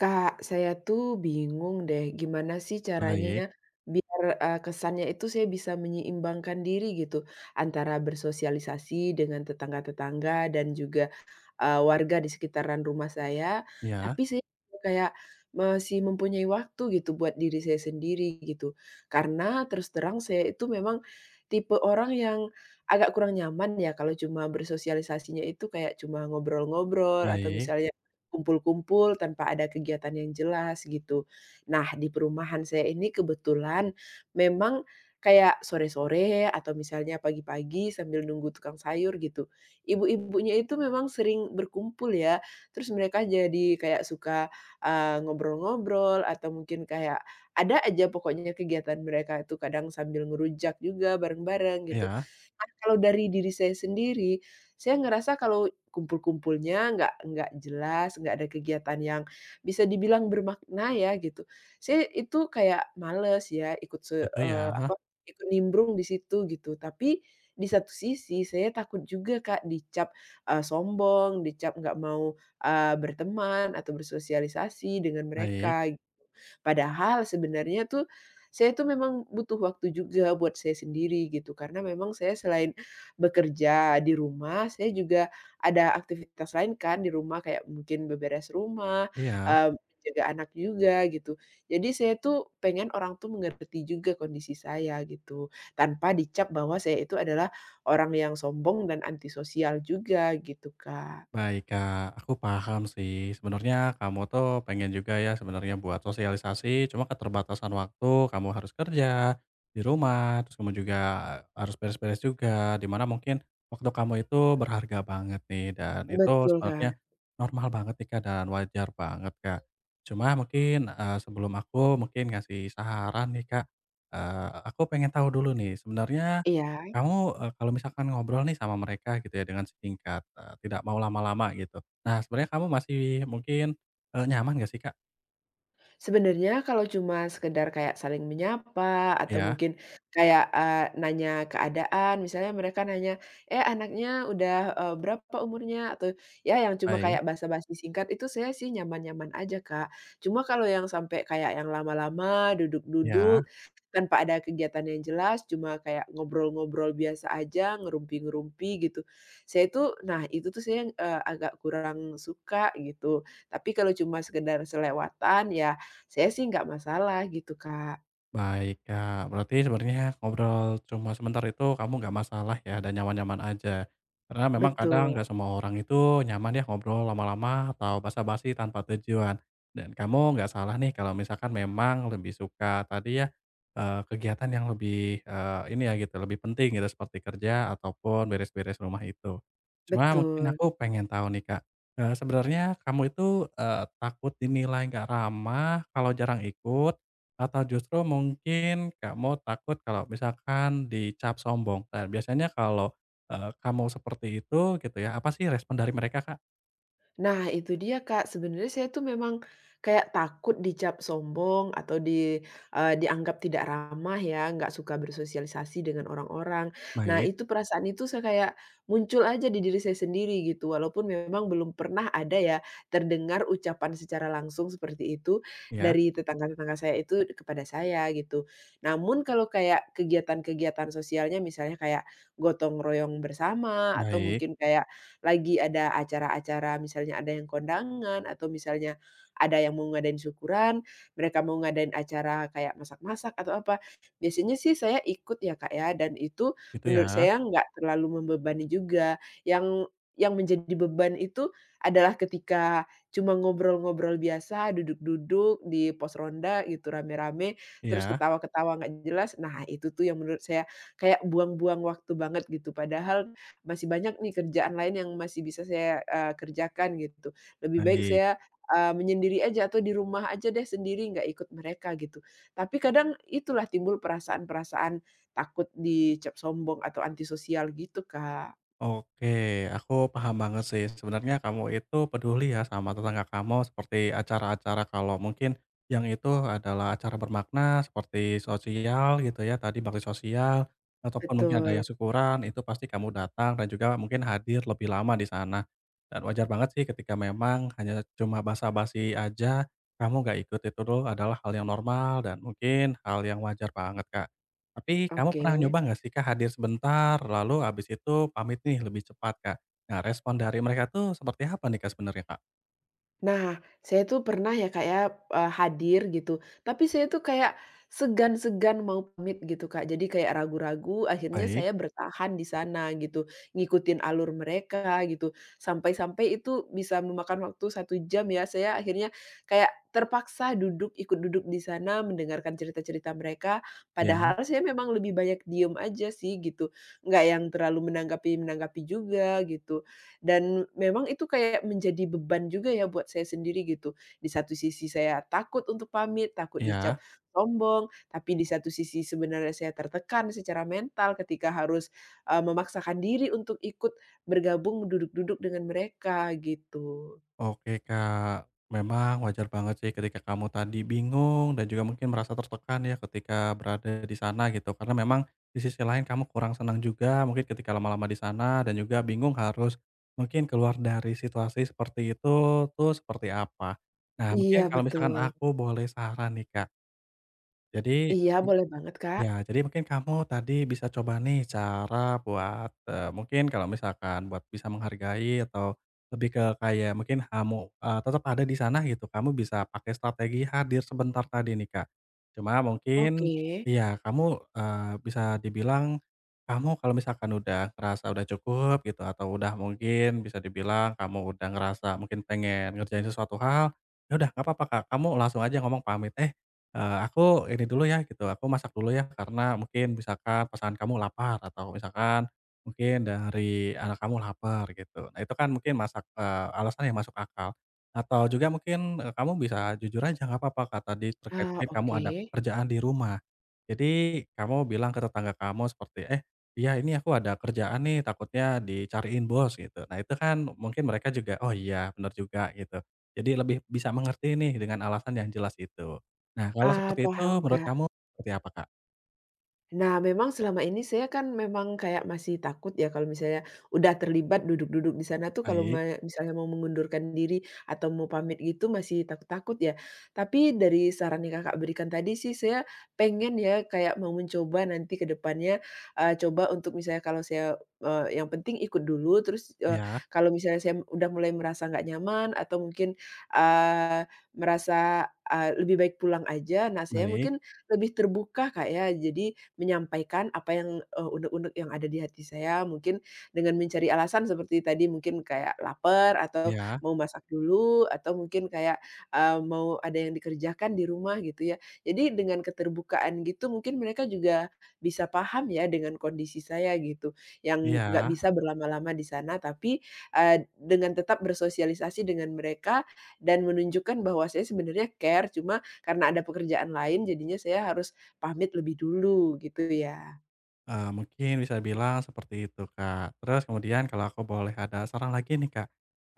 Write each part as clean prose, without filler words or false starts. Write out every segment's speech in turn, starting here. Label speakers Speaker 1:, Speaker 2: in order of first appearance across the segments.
Speaker 1: Kak, saya tuh bingung deh gimana sih caranya
Speaker 2: Baik,
Speaker 1: biar, kesannya itu saya bisa menyeimbangkan diri gitu, antara bersosialisasi dengan tetangga-tetangga dan juga warga di sekitaran rumah saya, tapi
Speaker 2: iya,
Speaker 1: saya kayak masih mempunyai waktu gitu buat diri saya sendiri gitu. Karena terus terang saya itu memang tipe orang yang agak kurang nyaman ya kalau cuma bersosialisasinya itu kayak cuma ngobrol-ngobrol atau
Speaker 2: baik,
Speaker 1: misalnya kumpul-kumpul tanpa ada kegiatan yang jelas gitu. Nah di perumahan saya ini kebetulan memang kayak sore-sore atau misalnya pagi-pagi sambil nunggu tukang sayur gitu, ibu-ibunya itu memang sering berkumpul ya, terus mereka jadi kayak suka, ngobrol-ngobrol atau mungkin kayak ada aja pokoknya kegiatan mereka itu kadang sambil ngerujak juga bareng-bareng gitu.
Speaker 2: iya,
Speaker 1: Nah kalau dari diri saya sendiri, saya ngerasa kalau kumpul-kumpulnya nggak jelas, nggak ada kegiatan yang bisa dibilang bermakna ya gitu. Saya itu kayak males ya ikut se
Speaker 2: gitu ya,
Speaker 1: eee, apa, ikut nimbrung di situ gitu, tapi di satu sisi saya takut juga Kak dicap, sombong, dicap nggak mau, berteman atau bersosialisasi dengan
Speaker 2: baik,
Speaker 1: mereka. Padahal sebenarnya tuh, saya tuh memang butuh waktu juga buat saya sendiri gitu, karena memang saya selain bekerja di rumah, saya juga ada aktivitas lain kan di rumah, kayak mungkin beberes rumah,
Speaker 2: iya.
Speaker 1: eee, jaga anak juga gitu. Jadi saya tuh pengen orang tuh mengerti juga kondisi saya gitu, tanpa dicap bahwa saya itu adalah orang yang sombong dan antisosial juga gitu, Kak.
Speaker 2: Baik Kak, aku paham sih. Sebenarnya kamu tuh pengen juga ya sebenarnya buat sosialisasi, cuma keterbatasan waktu, kamu harus kerja di rumah, terus kamu juga harus beres-beres juga, dimana mungkin waktu kamu itu berharga banget nih, dan itu
Speaker 1: Betul,
Speaker 2: sebenarnya
Speaker 1: Kak.
Speaker 2: normal banget nih Kak, dan wajar banget Kak. Cuma mungkin sebelum aku mungkin ngasih saran nih Kak, aku pengen tahu dulu nih, sebenarnya
Speaker 1: Iya.
Speaker 2: kamu, kalau misalkan ngobrol nih sama mereka gitu ya dengan singkat, tidak mau lama-lama gitu. Nah sebenarnya kamu masih mungkin, nyaman gak sih, Kak?
Speaker 1: Sebenarnya kalau cuma sekedar kayak saling menyapa atau
Speaker 2: Ya.
Speaker 1: mungkin kayak, nanya keadaan, misalnya mereka nanya, "Eh, anaknya udah, berapa umurnya?" Atau ya yang cuma
Speaker 2: Baik,
Speaker 1: kayak basa-basi singkat itu saya sih nyaman-nyaman aja, Kak. Cuma kalau yang sampai kayak yang lama-lama,
Speaker 2: iya.
Speaker 1: duduk-duduk, tanpa ada kegiatan yang jelas, cuma kayak ngobrol-ngobrol biasa aja, ngerumpi-ngerumpi gitu. Saya itu nah itu tuh saya, agak kurang suka gitu. Tapi kalau cuma sekedar selewatan ya saya sih nggak masalah gitu, Kak.
Speaker 2: Baik, Kak. Berarti sebenarnya ngobrol cuma sebentar itu kamu nggak masalah ya dan nyaman-nyaman aja. Karena memang kadang
Speaker 1: Betul,
Speaker 2: nggak semua orang itu nyaman ya ngobrol lama-lama atau basa-basi tanpa tujuan. Dan kamu nggak salah nih kalau misalkan memang lebih suka tadi ya kegiatan yang lebih ini ya gitu, lebih penting gitu seperti kerja ataupun beres-beres rumah itu. Cuma mungkin
Speaker 1: betul.
Speaker 2: aku pengen tahu nih Kak, sebenarnya kamu itu takut dinilai nggak ramah kalau jarang ikut atau justru mungkin kamu takut kalau misalkan dicap sombong. Nah, biasanya kalau, kamu seperti itu gitu ya, apa sih respon dari mereka, Kak?
Speaker 1: Nah, itu dia, Kak. Sebenarnya saya tuh memang kayak takut dicap sombong atau dianggap tidak ramah ya, nggak suka bersosialisasi dengan orang-orang. Nah,
Speaker 2: Baik,
Speaker 1: itu perasaan itu saya kayak muncul aja di diri saya sendiri gitu, walaupun memang belum pernah ada ya, terdengar ucapan secara langsung seperti itu
Speaker 2: ya,
Speaker 1: dari tetangga-tetangga saya itu kepada saya gitu. Namun kalau kayak kegiatan-kegiatan sosialnya misalnya kayak gotong royong bersama atau
Speaker 2: baik,
Speaker 1: mungkin kayak lagi ada acara-acara misalnya ada yang kondangan atau misalnya ada yang mau ngadain syukuran, mereka mau ngadain acara kayak masak-masak atau apa. Biasanya sih saya ikut ya, Kak, ya, dan itu
Speaker 2: gitu
Speaker 1: menurut
Speaker 2: ya,
Speaker 1: saya nggak terlalu membebani juga. Yang yang menjadi beban itu adalah ketika cuma ngobrol-ngobrol biasa, duduk-duduk di pos ronda gitu rame-rame, terus
Speaker 2: ya,
Speaker 1: ketawa-ketawa nggak jelas. Nah, itu tuh yang menurut saya kayak buang-buang waktu banget gitu. Padahal masih banyak nih kerjaan lain yang masih bisa saya, kerjakan gitu. Lebih baik
Speaker 2: baik.
Speaker 1: saya, menyendiri aja atau di rumah aja deh sendiri nggak ikut mereka gitu. Tapi kadang itulah timbul perasaan-perasaan takut dicap sombong atau antisosial gitu, Kak.
Speaker 2: Oke, aku paham banget sih. Sebenarnya kamu itu peduli ya sama tetangga kamu seperti acara-acara kalau mungkin yang itu adalah acara bermakna seperti sosial gitu ya, tadi bakti sosial ataupun mungkin ada
Speaker 1: Betul,
Speaker 2: yang syukuran itu pasti kamu datang dan juga mungkin hadir lebih lama di sana. Dan wajar banget sih ketika memang hanya cuma basa-basi aja kamu gak ikut itu dulu adalah hal yang normal dan mungkin hal yang wajar banget, Kak. Tapi kamu
Speaker 1: oke.
Speaker 2: pernah nyoba nggak sih Kak, hadir sebentar lalu habis itu pamit nih lebih cepat Kak. Nah respon dari mereka tuh seperti apa nih Kak, sebenarnya Kak?
Speaker 1: Nah, saya tuh pernah ya Kak ya, hadir gitu, tapi saya tuh kayak segan-segan mau pamit gitu Kak, jadi kayak ragu-ragu akhirnya
Speaker 2: Baik.
Speaker 1: saya bertahan di sana gitu, ngikutin alur mereka gitu, sampai-sampai itu bisa memakan waktu 1 jam ya, saya akhirnya kayak terpaksa duduk, ikut duduk di sana mendengarkan cerita-cerita mereka,
Speaker 2: Ya,
Speaker 1: padahal saya memang lebih banyak diem aja sih gitu, nggak yang terlalu menanggapi-menanggapi juga gitu. Dan memang itu kayak menjadi beban juga ya buat saya sendiri gitu. Di satu sisi saya takut untuk pamit, takut dicap
Speaker 2: iya.
Speaker 1: sombong, tapi di satu sisi sebenarnya saya tertekan secara mental ketika harus, memaksakan diri untuk ikut bergabung duduk-duduk dengan mereka gitu.
Speaker 2: Oke Kak, memang wajar banget sih ketika kamu tadi bingung dan juga mungkin merasa tertekan ya ketika berada di sana gitu. Karena memang di sisi lain kamu kurang senang juga mungkin ketika lama-lama di sana dan juga bingung harus mungkin keluar dari situasi seperti itu tuh seperti apa. Nah
Speaker 1: Iya
Speaker 2: mungkin kalau misalkan
Speaker 1: betul.
Speaker 2: aku boleh saran nih Kak. Jadi
Speaker 1: Iya boleh banget Kak.
Speaker 2: ya, jadi mungkin kamu tadi bisa coba nih cara buat, mungkin kalau misalkan buat bisa menghargai atau lebih ke kayak mungkin kamu, tetap ada di sana gitu, kamu bisa pakai strategi hadir sebentar tadi nih, Kak. Cuma mungkin
Speaker 1: Oke.
Speaker 2: ya kamu, bisa dibilang kamu kalau misalkan udah ngerasa udah cukup gitu atau udah mungkin bisa dibilang kamu udah ngerasa mungkin pengen ngerjain sesuatu hal, ya udah nggak apa-apa, Kak, kamu langsung aja ngomong pamit, "Eh, aku ini dulu ya gitu, aku masak dulu ya karena mungkin misalkan pasangan kamu lapar atau misalkan mungkin dari anak kamu lapar gitu. Nah itu kan mungkin masak, alasan yang masuk akal. Atau juga mungkin, kamu bisa jujur aja nggak apa-apa Kak tadi terkait
Speaker 1: Ah,
Speaker 2: mungkin kamu
Speaker 1: oke.
Speaker 2: ada pekerjaan di rumah. Jadi kamu bilang ke tetangga kamu seperti, "Eh iya ini aku ada kerjaan nih takutnya dicariin bos," gitu. Nah itu kan mungkin mereka juga, "Oh iya benar juga," gitu. Jadi lebih bisa mengerti nih dengan alasan yang jelas itu. Nah, kalau
Speaker 1: Ah,
Speaker 2: seperti itu
Speaker 1: paham
Speaker 2: menurut
Speaker 1: Kak.
Speaker 2: kamu seperti apa, Kak?
Speaker 1: Nah, memang selama ini saya kan memang kayak masih takut ya kalau misalnya udah terlibat duduk-duduk di sana tuh kalau
Speaker 2: Baik,
Speaker 1: misalnya mau mengundurkan diri atau mau pamit gitu masih takut-takut ya. Tapi dari saran yang Kakak berikan tadi sih saya pengen ya kayak mau mencoba nanti ke depannya, coba untuk misalnya kalau saya, yang penting ikut dulu terus,
Speaker 2: iya,
Speaker 1: kalau misalnya saya udah mulai merasa nggak nyaman atau mungkin, eee, merasa, lebih baik pulang aja, nah saya
Speaker 2: baik,
Speaker 1: mungkin lebih terbuka Kak ya. Jadi, menyampaikan apa yang, unek-unek yang ada di hati saya, mungkin dengan mencari alasan seperti tadi, mungkin kayak lapar atau
Speaker 2: iya,
Speaker 1: mau masak dulu, atau mungkin kayak, mau ada yang dikerjakan di rumah gitu ya. Jadi dengan keterbukaan gitu mungkin mereka juga bisa paham ya dengan kondisi saya gitu, yang nggak
Speaker 2: iya.
Speaker 1: bisa berlama-lama di sana, tapi, dengan tetap bersosialisasi dengan mereka dan menunjukkan bahwa saya sebenarnya care, cuma karena ada pekerjaan lain jadinya saya harus pamit lebih dulu gitu ya?
Speaker 2: Mungkin bisa bilang seperti itu, Kak. Terus kemudian kalau aku boleh ada saran lagi nih, Kak.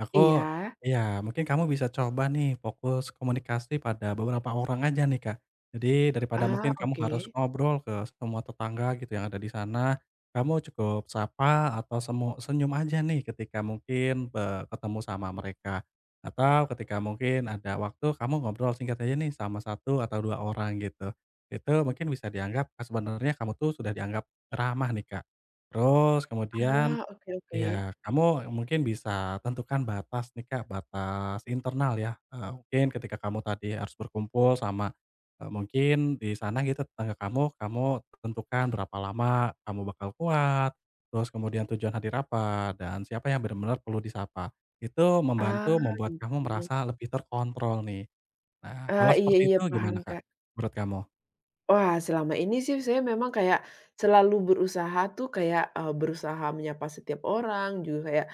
Speaker 2: Aku
Speaker 1: Iya.
Speaker 2: ya mungkin kamu bisa coba nih fokus komunikasi pada beberapa orang aja nih, Kak. Jadi daripada
Speaker 1: Ah,
Speaker 2: mungkin kamu
Speaker 1: oke.
Speaker 2: harus ngobrol ke semua tetangga gitu yang ada di sana, kamu cukup sapa atau semu senyum aja nih ketika mungkin, ketemu sama mereka. Atau ketika mungkin ada waktu kamu ngobrol singkat aja nih sama satu atau 2 orang gitu. Itu mungkin bisa dianggap, sebenarnya kamu tuh sudah dianggap ramah nih, Kak. Terus kemudian
Speaker 1: Ah, oke, oke.
Speaker 2: ya kamu mungkin bisa tentukan batas nih, Kak, batas internal ya, mungkin ketika kamu tadi harus berkumpul sama, mungkin di sana gitu tetangga kamu, kamu tentukan berapa lama kamu bakal kuat, terus kemudian tujuan hadir apa, dan siapa yang benar-benar perlu disapa. Itu
Speaker 1: Ah,
Speaker 2: membantu membuat kamu
Speaker 1: gitu.
Speaker 2: merasa lebih terkontrol nih. Nah,
Speaker 1: Ah,
Speaker 2: kalau
Speaker 1: iya,
Speaker 2: seperti
Speaker 1: iya,
Speaker 2: itu
Speaker 1: paham,
Speaker 2: gimana, Kak,
Speaker 1: Kak.
Speaker 2: menurut kamu?
Speaker 1: Wah, selama ini sih saya memang kayak selalu berusaha tuh kayak, berusaha menyapa setiap orang, juga kayak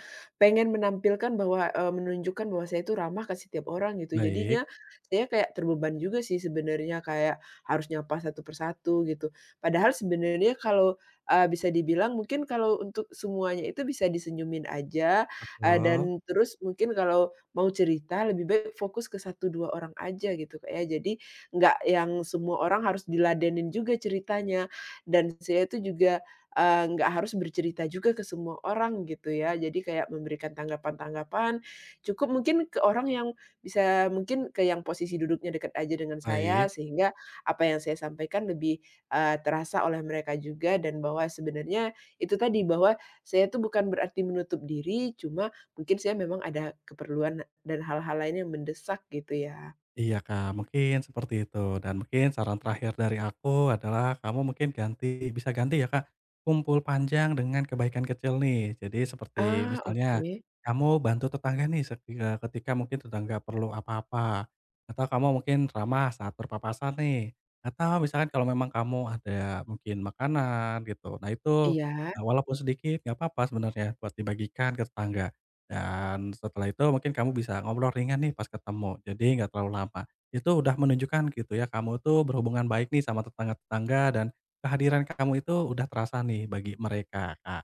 Speaker 1: pengen menampilkan bahwa, menunjukkan bahwa saya itu ramah ke setiap orang gitu.
Speaker 2: Baik,
Speaker 1: Jadinya saya kayak terbeban juga sih sebenarnya, kayak harus nyapa satu persatu gitu. Padahal sebenarnya kalau, bisa dibilang mungkin kalau untuk semuanya itu bisa disenyumin aja,
Speaker 2: betul,
Speaker 1: dan terus mungkin kalau mau cerita lebih baik fokus ke satu 2 orang aja gitu, Kak, ya. Jadi nggak yang semua orang harus diladenin juga ceritanya, dan saya itu juga, nggak harus bercerita juga ke semua orang gitu ya. Jadi kayak memberikan tanggapan-tanggapan, cukup mungkin ke orang yang bisa mungkin ke yang posisi duduknya dekat aja dengan saya,
Speaker 2: baik.
Speaker 1: sehingga apa yang saya sampaikan lebih, terasa oleh mereka juga dan bahwa sebenarnya itu tadi, bahwa saya itu bukan berarti menutup diri, cuma mungkin saya memang ada keperluan dan hal-hal lain yang mendesak gitu ya.
Speaker 2: Iya Kak, mungkin seperti itu dan mungkin saran terakhir dari aku adalah kamu mungkin ganti bisa ganti ya Kak, kumpul panjang dengan kebaikan kecil nih. Jadi seperti
Speaker 1: Ah,
Speaker 2: misalnya
Speaker 1: oke.
Speaker 2: kamu bantu tetangga nih seki- ketika mungkin tetangga perlu apa-apa atau kamu mungkin ramah saat berpapasan nih atau misalkan kalau memang kamu ada mungkin makanan gitu. Nah itu
Speaker 1: Iya.
Speaker 2: walaupun sedikit nggak apa-apa sebenarnya buat dibagikan ke tetangga. Dan setelah itu mungkin kamu bisa ngobrol ringan nih pas ketemu, jadi nggak terlalu lama. Itu udah menunjukkan gitu ya, kamu tuh berhubungan baik nih sama tetangga-tetangga dan kehadiran kamu itu udah terasa nih bagi mereka, Kak.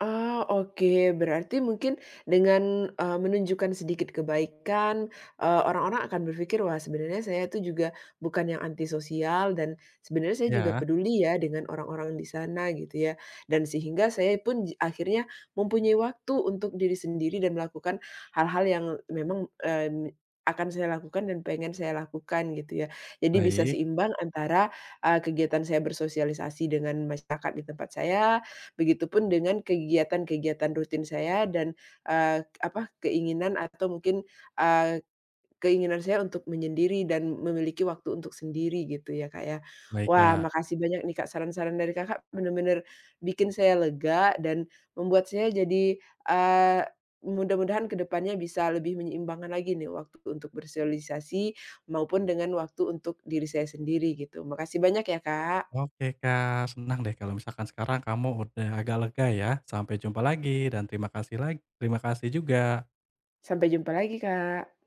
Speaker 1: Oh, oke. Berarti mungkin dengan, menunjukkan sedikit kebaikan, orang-orang akan berpikir, "Wah, sebenarnya saya itu juga bukan yang antisosial dan sebenarnya saya juga
Speaker 2: Ya,
Speaker 1: peduli ya dengan orang-orang di sana," gitu ya. Dan sehingga saya pun akhirnya mempunyai waktu untuk diri sendiri dan melakukan hal-hal yang memang, akan saya lakukan dan pengen saya lakukan gitu ya. Jadi bisa
Speaker 2: baik,
Speaker 1: seimbang antara, kegiatan saya bersosialisasi dengan masyarakat di tempat saya. Begitupun dengan kegiatan-kegiatan rutin saya dan, eee, apa, keinginan atau mungkin, eee, keinginan saya untuk menyendiri dan memiliki waktu untuk sendiri gitu ya, Kak, ya.
Speaker 2: baik,
Speaker 1: Wah,
Speaker 2: Kak.
Speaker 1: makasih banyak nih, Kak, saran-saran dari Kakak bener-bener bikin saya lega dan membuat saya jadi, eee, mudah-mudahan ke depannya bisa lebih menyeimbangkan lagi nih waktu untuk bersosialisasi maupun dengan waktu untuk diri saya sendiri gitu. Makasih banyak ya, Kak.
Speaker 2: Oke, Kak, senang deh kalau misalkan sekarang kamu udah agak lega ya. Sampai jumpa lagi dan terima kasih lagi terima kasih juga.
Speaker 1: Sampai jumpa lagi, Kak.